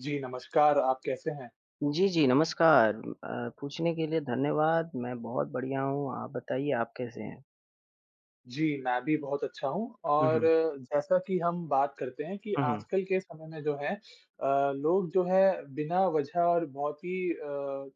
जी, नमस्कार, आप कैसे हैं? जी, जी, नमस्कार। पूछने के लिए धन्यवाद। मैं बहुत बढ़िया हूँ, आप बताइए आप कैसे हैं? जी, मैं भी बहुत अच्छा हूँ हुँ, और हुँ। जैसा कि हम बात करते हैं कि हुँ, हुँ। आजकल के समय में जो है लोग जो है बिना वजह और बहुत ही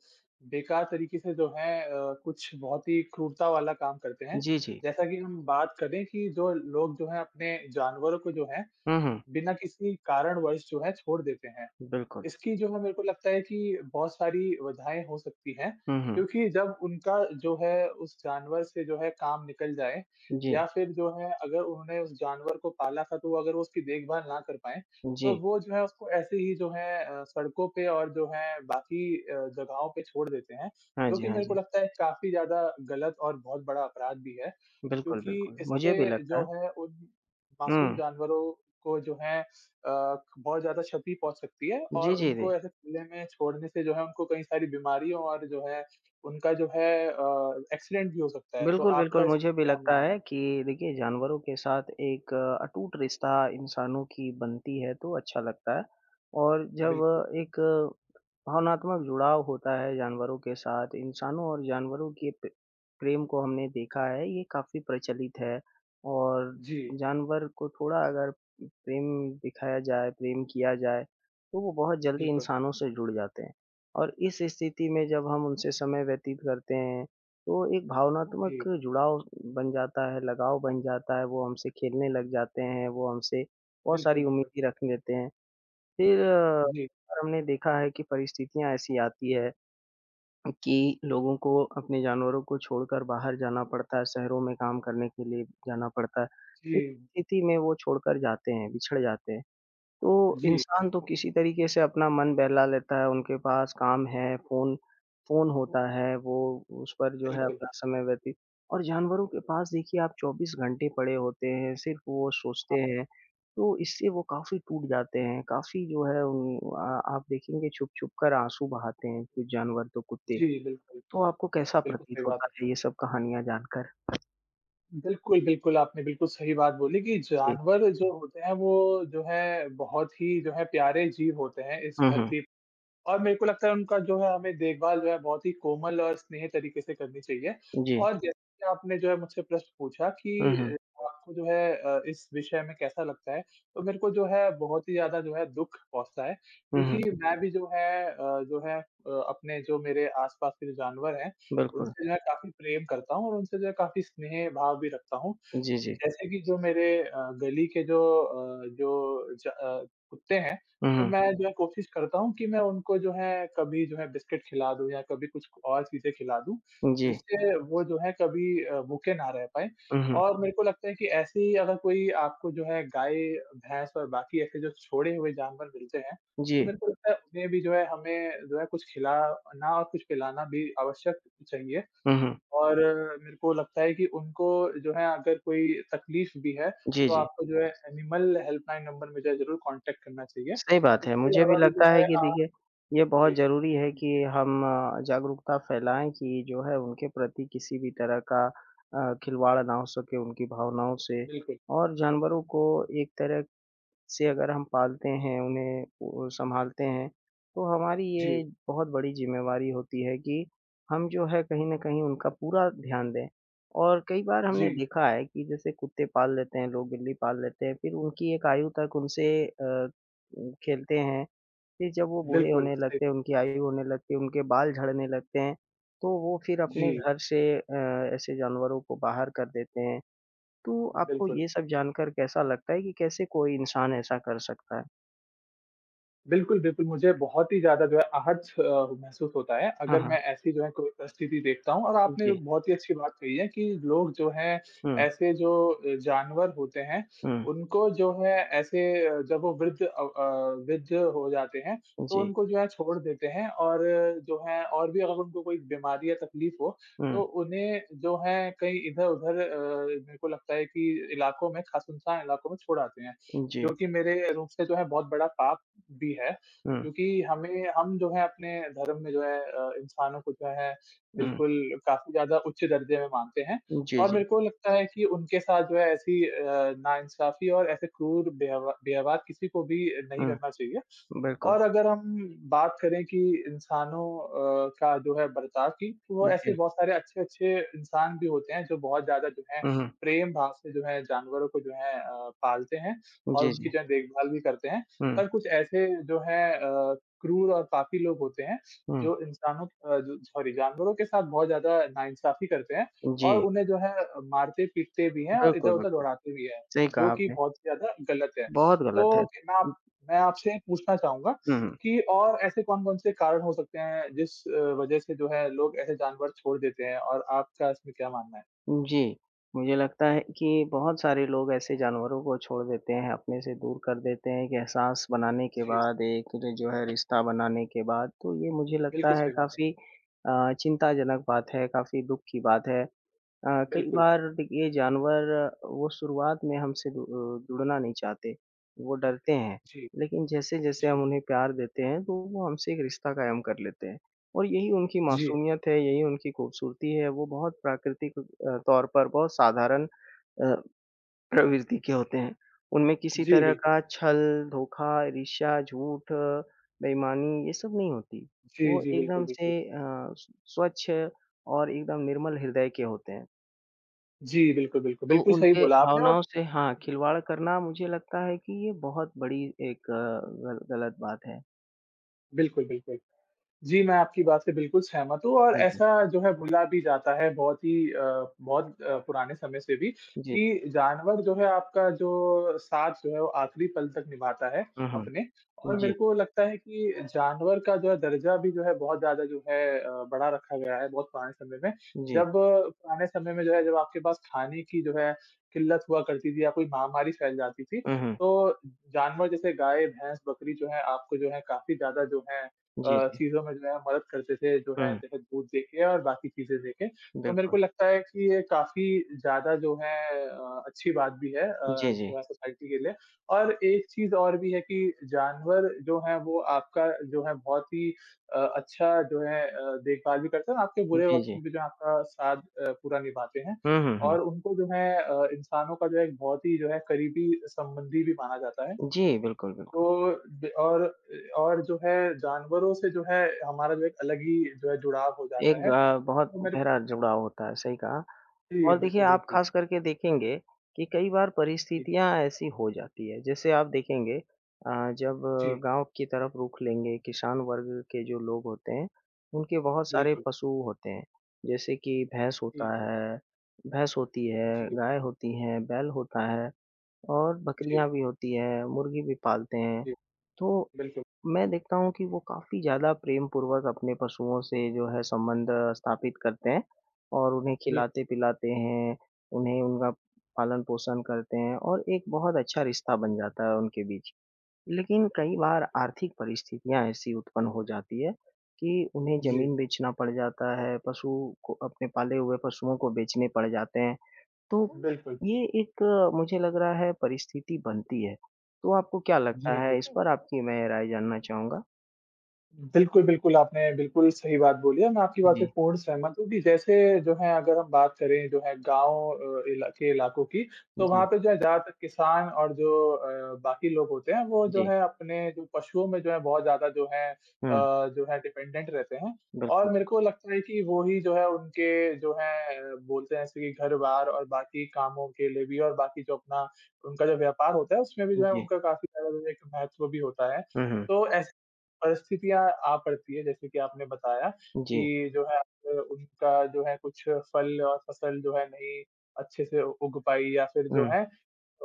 बेकार तरीके से जो है कुछ बहुत ही क्रूरता वाला काम करते हैं। जी, जी। जैसा कि हम बात करें कि जो लोग जो हैं अपने जानवरों को जो है हुँ, हुँ। बिना किसी कारणवश जो है छोड़ देते हैं। बिल्कुल। इसकी जो है मेरे को लगता है कि बहुत सारी वजहें हो सकती हैं, हुँ, हुँ। क्योंकि जब उनका जो है उस जानवर से जो है काम निकल जाए या जी, फिर जो है अगर उन्होंने उस जानवर को पाला था तो अगर वो अगर उसकी देखभाल ना कर पाएँ, तो जी। वो जो है उसको ऐसे ही जो है सड़कों पे और जो है बाकी जगहों पे छोड़ देते हैं, हाँ जो जी, कि हाँ मेरे को जी। लगता है काफ़ी ज़्यादा गलत और बहुत बड़ा अपराध भी है। बिल्कुल, क्योंकि बिल्कुल। इससे मुझे भी लगता जो है। है उन मासूम हुँ। जानवरों को जो है अ, बहुत ज़्यादा क्षति पहुँच सकती है और जी, जी, जी। उनको ऐसे खुले में छोड़ने से जो है उनको कई सारी बीमारियों और जो है उनका जो है एक्सीडेंट भी हो सकता है। तो बिल्कुल, आपका बिल्कुल, इस मुझे पर भी क्या लगता मानना है? है कि देखिए जानवरों के साथ एक अटूट रिश्ता इंसानों की बनती है तो अच्छा लगता है और जब बिल्कुल। एक भावनात्मक जुड़ाव होता है जानवरों के साथ, इंसानों और जानवरों के प प्रेम को हमने देखा है ये काफ़ी प्रचलित है और जी, जानवर को थोड़ा अगर प्रेम दिखाया जाए, प्रेम किया जाए, तो वो बहुत जल्दी बिल्कुल, इंसानों से जुड़ जाते हैं और इस स्थिति में बिल्कुल। जब हम उनसे समय व्यतीत करते हैं तो एक भावनात्मक जी, जुड़ाव बन जाता है, लगाव बन जाता है, वो हमसे खेलने लग जाते हैं, वो हमसे बहुत बिल्कुल, सारी बिल्कुल। उम्मीदें रख लेते हैं। फिर जी, हमने देखा है कि परिस्थितियाँ ऐसी आती है कि लोगों को अपने जानवरों को छोड़कर बाहर जाना पड़ता है, शहरों में काम करने के लिए जाना पड़ता है। जी, इस स्थिति में वो छोड़कर जाते हैं, बिछड़ जाते हैं। तो जी, इंसान तो किसी तरीके से अपना मन बहला लेता है, उनके पास काम है, फ़ोन फ़ोन होता है, वो उस पर जो है बिल्कुल। अपना समय व्यतीत और जानवरों के पास देखिए आप 24 घंटे पड़े होते हैं, सिर्फ़ वो सोचते हैं, तो इससे वो काफ़ी टूट जाते हैं, काफ़ी जो है उम, आ आप देखेंगे छुप-छुप कर आँसू बहाते हैं कुछ जानवर तो कुत्ते, जी, बिल्कुल, तो आपको कैसा बिल्कुल सही प्रतीत बात होता है। है ये सब कहानियाँ जानकर? बिल्कुल, बिल्कुल, आपने बिल्कुल सही बात बोली कि जी। जानवर जो होते हैं वो जो है बहुत ही जो है प्यारे जीव होते हैं इस हुँ, हुँ। धरती। और मेरे को लगता है उनका जो है हमें देखभाल जो है बहुत ही कोमल और स्नेह तरीके से करनी चाहिए। जी। और जैसे कि आपने जो है मुझसे प्रश्न पूछा हुँ, कि हुँ। अ, आपको जो है इस विषय में कैसा लगता है? तो मेरे को जो है बहुत ही ज़्यादा जो है दुःख पहुँचता है हुँ, क्योंकि हुँ। मैं भी जो है अपने जो मेरे आस-पास के जो जानवर हैं, बिल्कुल। उनसे जो है काफ़ी प्रेम करता हूँ और उनसे जो है काफ़ी स्नेह भाव भी रखता हूँ। जी, जी। जैसे कि जो मेरे गली के जो कुत्ते हैं हुँ, तो हुँ। मैं जो है कोशिश करता हूँ कि मैं उनको जो है कभी जो है बिस्किट खिला दूँ या कभी कुछ और चीज़ें खिला दूँ, जी। जिससे वो जो है कभी भूखे ना रह पाएँ। हुँ, हुँ। और मेरे को लगता है कि ऐसी अगर कोई आपको जो है गाय, भैंस और बाकी ऐसे जो छोड़े हुए जानवर मिलते हैं, जी। तो मेरे को लगता है उन्हें भी जो है हमें जो है कुछ खिलाना और कुछ पिलाना भी आवश्यक चाहिए। हुँ, हुँ। और मेरे को लगता है कि उनको जो है अगर कोई तकलीफ़ भी है, जी, तो जी। आपको जो है एनिमल हेल्पलाइन नंबर में जो है ज़रूर कॉन्टैक्ट करना चाहिए। सही बात है। उसके मुझे भी अलावा भी जो लगता है है कि आप देखिए, ये जी, बहुत ज़रूरी है जी, कि हम जागरूकता फैलाएँ कि जो है उनके प्रति किसी भी तरह का खिलवाड़ ना हो सके उनकी भावनाओं से बिल्कुल। और जानवरों को एक तरह से अगर हम पालते हैं, उन्हें वो सँभालते हैं, तो हमारी ये जी, बहुत बड़ी ज़िम्मेवारी होती है कि हम जो है कहीं न कहीं उनका पूरा ध्यान दें। और कई बार हमने जी, देखा है कि जैसे कुत्ते पाल लेते हैं लोग, बिल्ली पाल लेते हैं, फिर उनकी एक आयु तक उनसे खेलते हैं, फिर जब वो बूढ़े बिल्कुल, होने सही। लगते हैं, उनकी आयु होने लगती है, उनके बाल झड़ने लगते हैं, तो वो फिर अपने जी, घर से ऐसे जानवरों को बाहर कर देते हैं। तो आपको बिल्कुल। ये सब जानकर कैसा लगता है कि कैसे कोई इंसान ऐसा कर सकता है? बिल्कुल, बिल्कुल, मुझे बहुत ही ज़्यादा जो है आहत महसूस होता है, हाँ, अगर मैं हाँ। ऐसी जो है कोई परिस्थिति देखता हूँ और आपने जी। बहुत ही अच्छी बात कही है कि लोग जो हैं, हुँ, ऐसे जो जानवर होते हैं, हुँ। उनको जो है ऐसे जब वो वृद्ध हो जाते हैं, तो जी। उनको जो है छोड़ देते हैं और जो है और भी अगर उनको कोई बीमारी या तकलीफ़ हो, हुँ, तो उन्हें जो है कहीं इधर-उधर मेरे को लगता है कि इलाकों में, ख़ास सुनसान इलाकों में छोड़ आते हैं, जी। जो कि मेरे रूप से जो है बहुत बड़ा पाप भी है, हुँ, क्योंकि हमें हम जो है अपने धर्म में जो है इंसानों को जो है, हुँ। बिल्कुल, काफ़ी ज़्यादा उच्च दर्जे में मानते हैं जी, और जी। मेरे को लगता है कि उनके साथ जो है ऐसी नाइंसाफ़ी और ऐसे क्रूर व्यवहार किसी को भी नहीं हुँ, करना चाहिए। बिल्कुल। और अगर हम बात करें कि इंसानों का जो है बर्ताव की, तो वो ऐसे जी। बहुत सारे अच्छे-अच्छे इंसान भी होते हैं, जो बहुत ज़्यादा जो है हुँ, हुँ। प्रेम भाव से जो है जानवरों को जो है पालते हैं और जी, उनकी जी। जो है देखभाल भी करते हैं। हुँ, पर कुछ ऐसे जो है क्रूर और पापी लोग होते हैं, हुँ। जो इंसानों अ, जो सॉरी जानवरों के साथ बहुत ज़्यादा नाइंसाफ़ी करते हैं और जी, उन्हें जो है मारते-पीटते भी हैं और बिल्कुल, इधर-उधर बिल्कुल। उड़ाते भी हैं, सही जो कहा कि आपने। बहुत ही ज़्यादा गलत है। बहुत गलत तो है। मैं हुँ, आप मैं आपसे पूछना चाहूँगा हुँ। कि और ऐसे कौन-कौन से कारण हो सकते हैं जिस वजह से जो है लोग ऐसे जानवर छोड़ देते हैं और आपका इसमें क्या मानना है? जी, मुझे लगता है कि बहुत सारे लोग ऐसे जानवरों को छोड़ देते हैं, अपने से दूर कर देते हैं, एक एहसास बनाने के जी, बाद, एक जो है रिश्ता बनाने के बाद, तो ये मुझे लगता बिल्कुल है सही बात है। काफ़ी चिंताजनक बात है, काफ़ी दुःख की बात है। कई बिल्कुल, बार देखिए जानवर वो शुरुआत में हमसे जुड़ना नहीं चाहते, वो डरते हैं। जी, लेकिन जैसे-जैसे हम जी, उन्हें प्यार देते हैं तो वो हमसे एक रिश्ता कायम कर लेते हैं और यही उनकी जी, मासूमियत है, यही उनकी खूबसूरती है। वो बहुत प्राकृतिक तौर पर बहुत साधारण अ, प्रवृत्ति के होते हैं। उनमें किसी जी, तरह बिल्कुल। का छल, धोखा, ईर्ष्या, झूठ, बेईमानी ये सब नहीं होती। जी, वो जी, बिल्कुल, एकदम से बिल्कुल। स्वच्छ और एकदम निर्मल हृदय के होते हैं। जी, बिल्कुल, बिल्कुल, तो बिल्कुल सही उनके बोला आपने भावनाओं और से हाँ, खिलवाड़ करना मुझे लगता है कि ये बहुत बड़ी एक अ, गल गलत बात है। बिल्कुल, बिल्कुल। जी, मैं आपकी बात से बिल्कुल सहमत हूँ और हाँ जी। ऐसा जो है भुला भी जाता है बहुत पुराने समय से भी जी। कि जानवर जो है आपका जो साथ जो है वो आखिरी पल तक निभाता है हुँ, अपने और हुँ। जी, मेरे को लगता है कि जानवर का जो है दर्जा भी जो है बहुत ज़्यादा जो है बढ़ा रखा गया है बहुत पुराने समय में। जी। जब पुराने समय में जो है जब आपके पास खाने की जो है किल्लत हुआ करती थी या कोई महामारी फैल जाती थी, हुँ, हुँ। तो जानवर जैसे गाय, भैंस, बकरी जो है आपको जो है काफ़ी ज़्यादा जो है जी, जी। चीज़ों में जो है मदद करते थे, जो है हुँ, जैसे भूत देखे और बाकी चीज़ें देखे। तो मेरे को बिल्कुल। लगता है कि ये काफ़ी ज़्यादा जो है अच्छी बात भी है जी, जी। जो है सोसाइटी के लिए। और एक चीज़ और भी है कि जानवर जो हैं वो आपका जो है बहुत ही अच्छा जो है देखभाल भी करते हैं और आपके बुरे जी, वक़्त जी। में भी जो है आपका साथ पूरा निभाते हैं। हुँ, हुँ, हुँ। और उनको जो है इंसानों का जो है एक बहुत ही जो है करीबी संबंधी भी माना जाता है। जी, बिल्कुल, तो बिल्कुल। द और जो है जानवरों से जो है हमारा जो एक अलग ही जो है जुड़ाव हो जाता एक है। बहुत वो मेरे गहरा जुड़ाव होता है, सही कहा। जी, और देखिए, बिल्कुल, आप बिल्कुल। ख़ास करके देखेंगे कि कई बार जी, परिस्थितियाँ ऐसी हो जाती है। जैसे आप देखेंगे अ, जब जी, गाँव की तरफ रुख लेंगे, किसान वर्ग के जो लोग होते हैं, उनके बहुत सारे बिल्कुल। पशु होते हैं। जैसे कि जी, भैंस होती है, जी, गाय होती है, बैल होता है और जी, जी, बकरियाँ भी होती हैं, मुर्गी भी पालते हैं। जी, तो बिल्कुल, मैं देखता हूँ कि वो काफ़ी ज़्यादा प्रेमपूर्वक अपने पशुओं से जो है संबंध स्थापित करते हैं और उन्हें बिल्कुल। खिलाते-पिलाते हैं, उन्हें उनका पालन-पोषण करते हैं और एक बहुत अच्छा रिश्ता बन जाता है उनके बीच। लेकिन कई बार आर्थिक परिस्थितियाँ ऐसी उत्पन्न हो जाती है कि उन्हें जी, ज़मीन बेचना पड़ जाता है, पशु को अपने पाले हुए पशुओं को बेचने पड़ जाते हैं। तो बिल्कुल। ये एक मुझे लग रहा है परिस्थिति बनती है। तो आपको क्या लगता जी, जी। है? इस हुँ। पर आपकी मैं राय जानना चाहूँगा। बिल्कुल, बिल्कुल, आपने बिल्कुल सही बात बोली है, मैं आपकी बात से जी, पूर्ण सहमत हूँ कि जैसे जो है अगर हम बात करें जो है गाँव अ, इला के इलाकों की, तो वहाँ जी, पे जो है ज़्यादातर किसान और जो बाकी लोग होते हैं, वो जो जी। है अपने जो पशुओं में जो है बहुत ज़्यादा जो है हुँ, जो है डिपेंडेंट रहते हैं बिल्कुल, और मेरे बिल्कुल। को लगता है कि वो ही जो है उनके जो है बोलते हैं जैसे कि घर-बार और बाकी कामों के लिए भी और बाकी जो अपना उनका जो व्यापार होता है, उसमें भी जो है जी। उनका काफ़ी ज़्यादा जो है एक महत्व भी होता है। हुँ, हुँ। तो ऐसे परिस्थितियाँ आ पड़ती है जैसे कि आपने बताया जी। कि जो है उनका जो है कुछ फल और फसल जो है नहीं अच्छे से उग पाई या फिर जो हुँ, है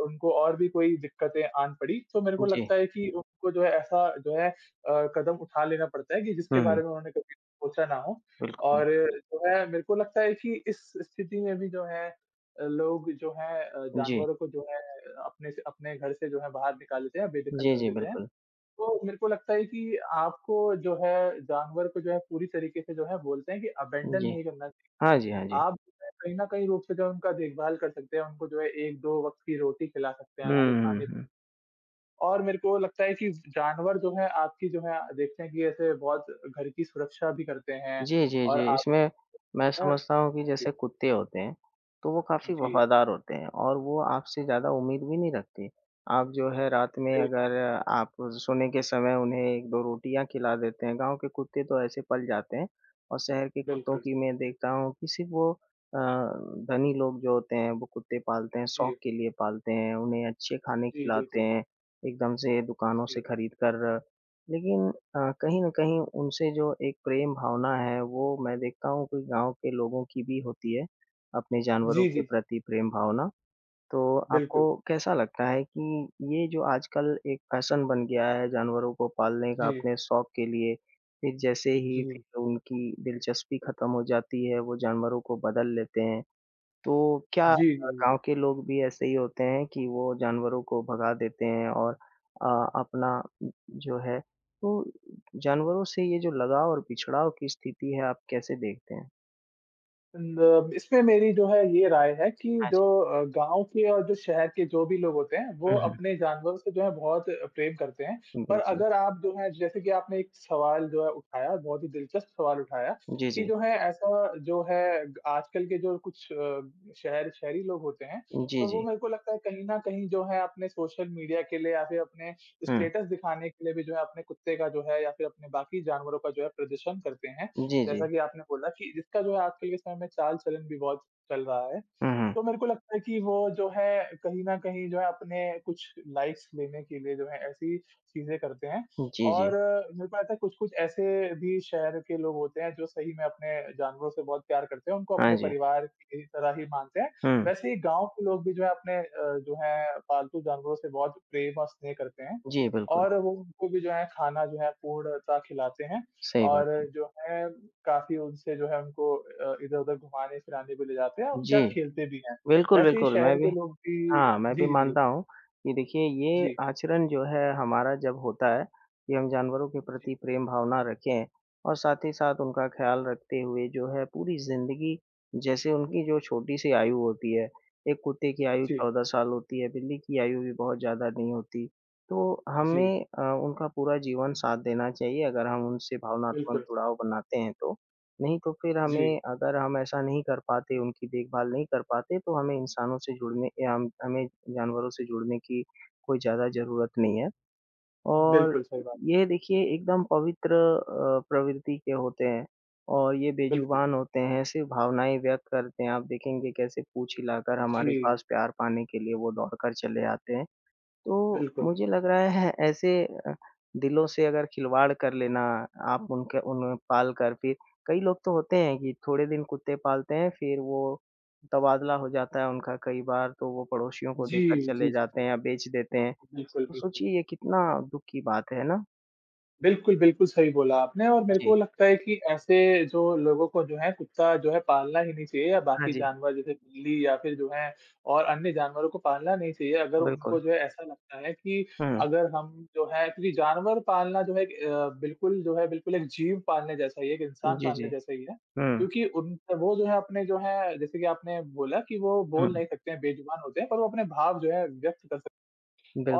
उनको और भी कोई दिक्कतें आन पड़ी। तो मेरे को जी। लगता है कि उनको जो है ऐसा जो है कदम उठा लेना पड़ता है कि जिसके हुँ, बारे में उन्होंने कभी सोचा ना हो। बिल्कुल। और जो है मेरे को लगता है कि इस स्थिति में भी जो है लोग जो हैं जी। जानवरों को जो है अपने से अपने घर से जो है बाहर निकाल देते हैं, बेदखल जी, कर जी, देते हैं। बिल्कुल। तो मेरे को लगता है कि आपको जो है जानवर को जो है पूरी तरीके से जो है बोलते हैं कि अबैंडन जी। नहीं करना चाहिए। हाँ जी, हाँ जी। आप जो है कहीं न कहीं रूप से जो है उनका देखभाल कर सकते हैं, उनको जो है 1-2 वक़्त की रोटी खिला सकते हैं हुँ, या फिर हुँ, पानी हुँ। और मेरे को लगता है कि जानवर जो है आपकी जो है देखते हैं कि ऐसे बहुत घर की सुरक्षा भी करते हैं जी, जी, और जी। आप इसमें मैं जो है समझता हूँ कि जी, जैसे कुत्ते होते हैं, तो वो काफ़ी जी, वफ़ादार होते हैं और वो आपसे ज़्यादा उम्मीद भी नहीं रखते। आप जो है रात में सही बात, अगर आप सोने के समय उन्हें 1-2 रोटियाँ खिला देते हैं, गाँव के कुत्ते तो ऐसे पल जाते हैं और शहर के कुत्तों बिल्कुल। की मैं देखता हूँ कि सिर्फ़ वो अ, धनी लोग जो होते हैं, वो कुत्ते पालते हैं, जी, शौक के लिए पालते हैं, उन्हें अच्छे खाने जी, खिलाते बिल्कुल। हैं, एकदम से दुकानों से जी। खरीद कर। लेकिन हाँ, कहीं न कहीं उनसे जो एक प्रेम भावना है, वो मैं देखता हूँ कि गाँव के लोगों की भी होती है, अपने जानवरों जी, जी, के जी प्रति प्रेम भावना। तो आपको बिल्कुल। कैसा लगता है कि ये जो आजकल एक फ़ैशन बन गया है जानवरों को पालने का जी, अपने शौक के लिए, फिर जैसे जी। ही फिर उनकी दिलचस्पी खत्म हो जाती है, वो जानवरों को बदल लेते हैं। तो क्या जी, जी। गाँव के लोग भी ऐसे ही होते हैं कि वो जानवरों को भगा देते हैं और अपना जो है तो जानवरों से ये जो लगाव और पिछड़ाव की स्थिति है, आप कैसे देखते हैं? इसमें मेरी जो है ये राय है कि हाँ जो जी। गांव के और जो शहर के जो भी लोग होते हैं वो हुँ, हुँ। अपने जानवरों से जो है बहुत प्रेम करते हैं पर बिल्कुल। अगर आप जो है जैसे कि आपने एक सवाल जो है उठाया बहुत ही दिलचस्प सवाल उठाया जी, कि जी। जो है ऐसा जो है आजकल के जो कुछ शहरी लोग होते हैं जी, तो वो जी। मेरे को लगता है कहीं ना कहीं जो है अपने सोशल मीडिया के लिए या फिर अपने हुँ। स्टेटस दिखाने के लिए भी जो है अपने कुत्ते का जो है या फिर अपने बाकी जानवरों का जो है प्रदर्शन करते हैं जी, जी। जैसा कि आपने बोला कि इसका जो है आजकल के समय में चाल-चलन भी बहुत चल रहा है। हुँ, तो मेरे को लगता है कि वो जो है कहीं न कहीं जो है अपने कुछ लाइक्स लेने के लिए जो है ऐसी चीज़ें करते हैं हुँ। जी, और जी। मेरे को लगता है कुछ-कुछ ऐसे भी शहर के लोग होते हैं जो सही में अपने जानवरों से बहुत प्यार करते हैं, उनको अपने हाँ जी। परिवार की तरह ही मानते हैं। हुँ। वैसे ही गाँव के लोग भी जो है अपने जो है पालतू जानवरों से बहुत प्रेम और स्नेह करते हैं जी, बिल्कुल। और वो उनको भी जो है खाना जो है पूर्णतः खिलाते हैं सही बात और है। जो है काफ़ी उनसे जो है हमको इधर-उधर घुमाने-फिराने भी ले जाते हैं और उनके जी। साथ खेलते भी हैं। बिल्कुल, वैसे ही बिल्कुल। मैं शहर भी के लोग भी हाँ, मैं भी जी, जी, जी, मानता हूँ कि देखिए ये जी, आचरण जो है हमारा जब होता है कि हम जानवरों के जी, प्रति प्रेम भावना रखें और साथ ही साथ उनका हाँ, ख्याल रखते हुए जो है पूरी ज़िंदगी जैसे उनकी जो छोटी सी आयु होती है, एक कुत्ते की आयु जी, 14 साल होती है, बिल्ली की आयु भी बहुत ज़्यादा नहीं होती। तो जी, हमें उनका पूरा जीवन साथ देना चाहिए अगर हम उनसे भावनात्मक बिल्कुल, जुड़ाव बनाते हैं तो। नहीं तो फिर जी, हमें अगर हम ऐसा नहीं कर पाते, उनकी देखभाल नहीं कर पाते, तो हमें इंसानों से जुड़ने या हम हमें जानवरों से जुड़ने की कोई ज़्यादा ज़रूरत नहीं है। और बिल्कुल सही बात, ये देखिए एकदम पवित्र प्रवृत्ति के होते हैं और ये बिल्कुल, बेज़ुबान होते हैं, सिर्फ़ भावनाएँ व्यक्त करते हैं। आप देखेंगे कैसे पूँछ हिलाकर जी, हमारे पास प्यार पाने के लिए वो दौड़कर चले आते हैं। तो बिल्कुल, मुझे लग रहा है ऐसे दिलों से अगर खिलवाड़ कर लेना, आप उनके उन्हें पाल कर फिर कई लोग तो होते हैं कि थोड़े दिन कुत्ते पालते हैं, फिर वो तबादला हो जाता है उनका कई बार, तो वो पड़ोसियों को जी, देकर जी, जी, चले जाते जी, हैं या बेच देते हैं। बिल्कुल, तो बिल्कुल। सोचिए ये कितना दुःख की बात है ना? बिल्कुल, बिल्कुल सही बोला आपने और मेरे जी। को लगता है कि ऐसे जो लोगों को जो है कुत्ता जो है पालना ही नहीं चाहिए या हाँ बाकी जी, जानवर जैसे बिल्ली या फिर जो है और अन्य जानवरों को पालना नहीं चाहिए। अगर उनको बिल्कुल। जो है ऐसा लगता है कि हुँ, अगर हम जो है क्योंकि जानवर पालना जो है एक बिल्कुल जो है बिल्कुल एक जीव पालने जैसा ही है, एक इंसान जी, जी। पालने जैसा ही है। हुँ, क्योंकि उन वो जो है अपने जो है जैसे कि आपने बोला कि वो बोल हुँ। नहीं सकते हैं, बेज़ुबान होते हैं पर वो अपने भाव जो है व्यक्त कर सकते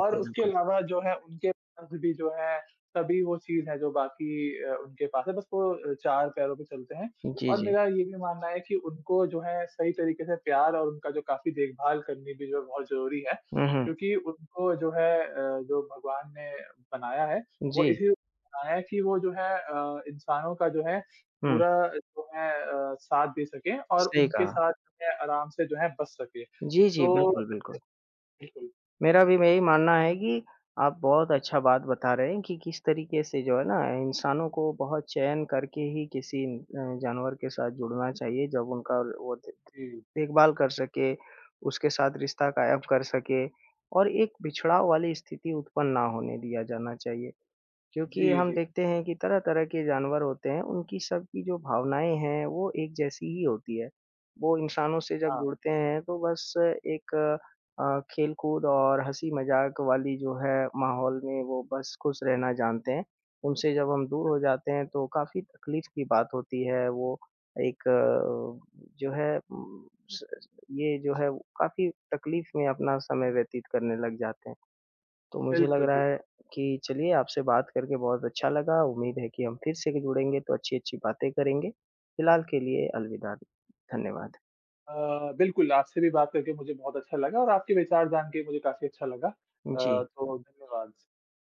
और उसके बिल्कुल। अलावा जो है उनके पास भी जो है तभी वो चीज़ है जो बाकी उनके पास है बस वो 4 पैरों पे चलते हैं जी, और जी। मेरा ये भी मानना है कि उनको जो है सही तरीके से प्यार और उनका जो काफ़ी देखभाल करनी भी जो है बहुत ज़रूरी है, हुँ, हुँ। क्योंकि उनको जो है जो भगवान ने बनाया है वो जी। इसीलिए बनाया है कि वो जो है इंसानों का जो है हुँ, पूरा जो है साथ दे सकें और सही उनके कहा। साथ जो है आराम से जो है बस सके। जी, जी, तो बिल्कुल, बिल्कुल। बिल्कुल, मेरा भी यही मानना है कि आप बहुत अच्छा बात बता रहे हैं कि किस तरीके से जो है ना इंसानों को बहुत चयन करके ही किसी जानवर के साथ जुड़ना चाहिए जब उनका जी। देखभाल कर सके, उसके साथ रिश्ता कायम कर सके और एक बिछड़ाव वाली स्थिति उत्पन्न ना होने दिया जाना चाहिए। क्योंकि जी, हम जी। देखते हैं कि तरह-तरह के जानवर होते हैं, उनकी सबकी जो भावनाएँ हैं, वो एक जैसी ही होती है। वो इंसानों से जब हाँ। जुड़ते हैं तो बस एक खेल-कूद और हँसी-मज़ाक वाली जो है माहौल में वो बस खुश रहना जानते हैं। उनसे जब हम दूर हो जाते हैं तो काफ़ी तकलीफ़ की बात होती है। वो एक जो है उम, स ये जो है काफ़ी तकलीफ़ में अपना समय व्यतीत करने लग जाते हैं। तो मुझे लग बिल्कुल, रहा है बिल्कुल। कि चलिए आपसे बात करके बहुत अच्छा लगा। उम्मीद है कि हम फिर से जुड़ेंगे तो अच्छी-अच्छी बातें करेंगे। फिलहाल के लिए अलविदा। धन्यवाद। बिल्कुल, आपसे भी बात करके मुझे बहुत अच्छा लगा और आपके विचार जान के मुझे काफ़ी अच्छा लगा। जी। तो धन्यवाद।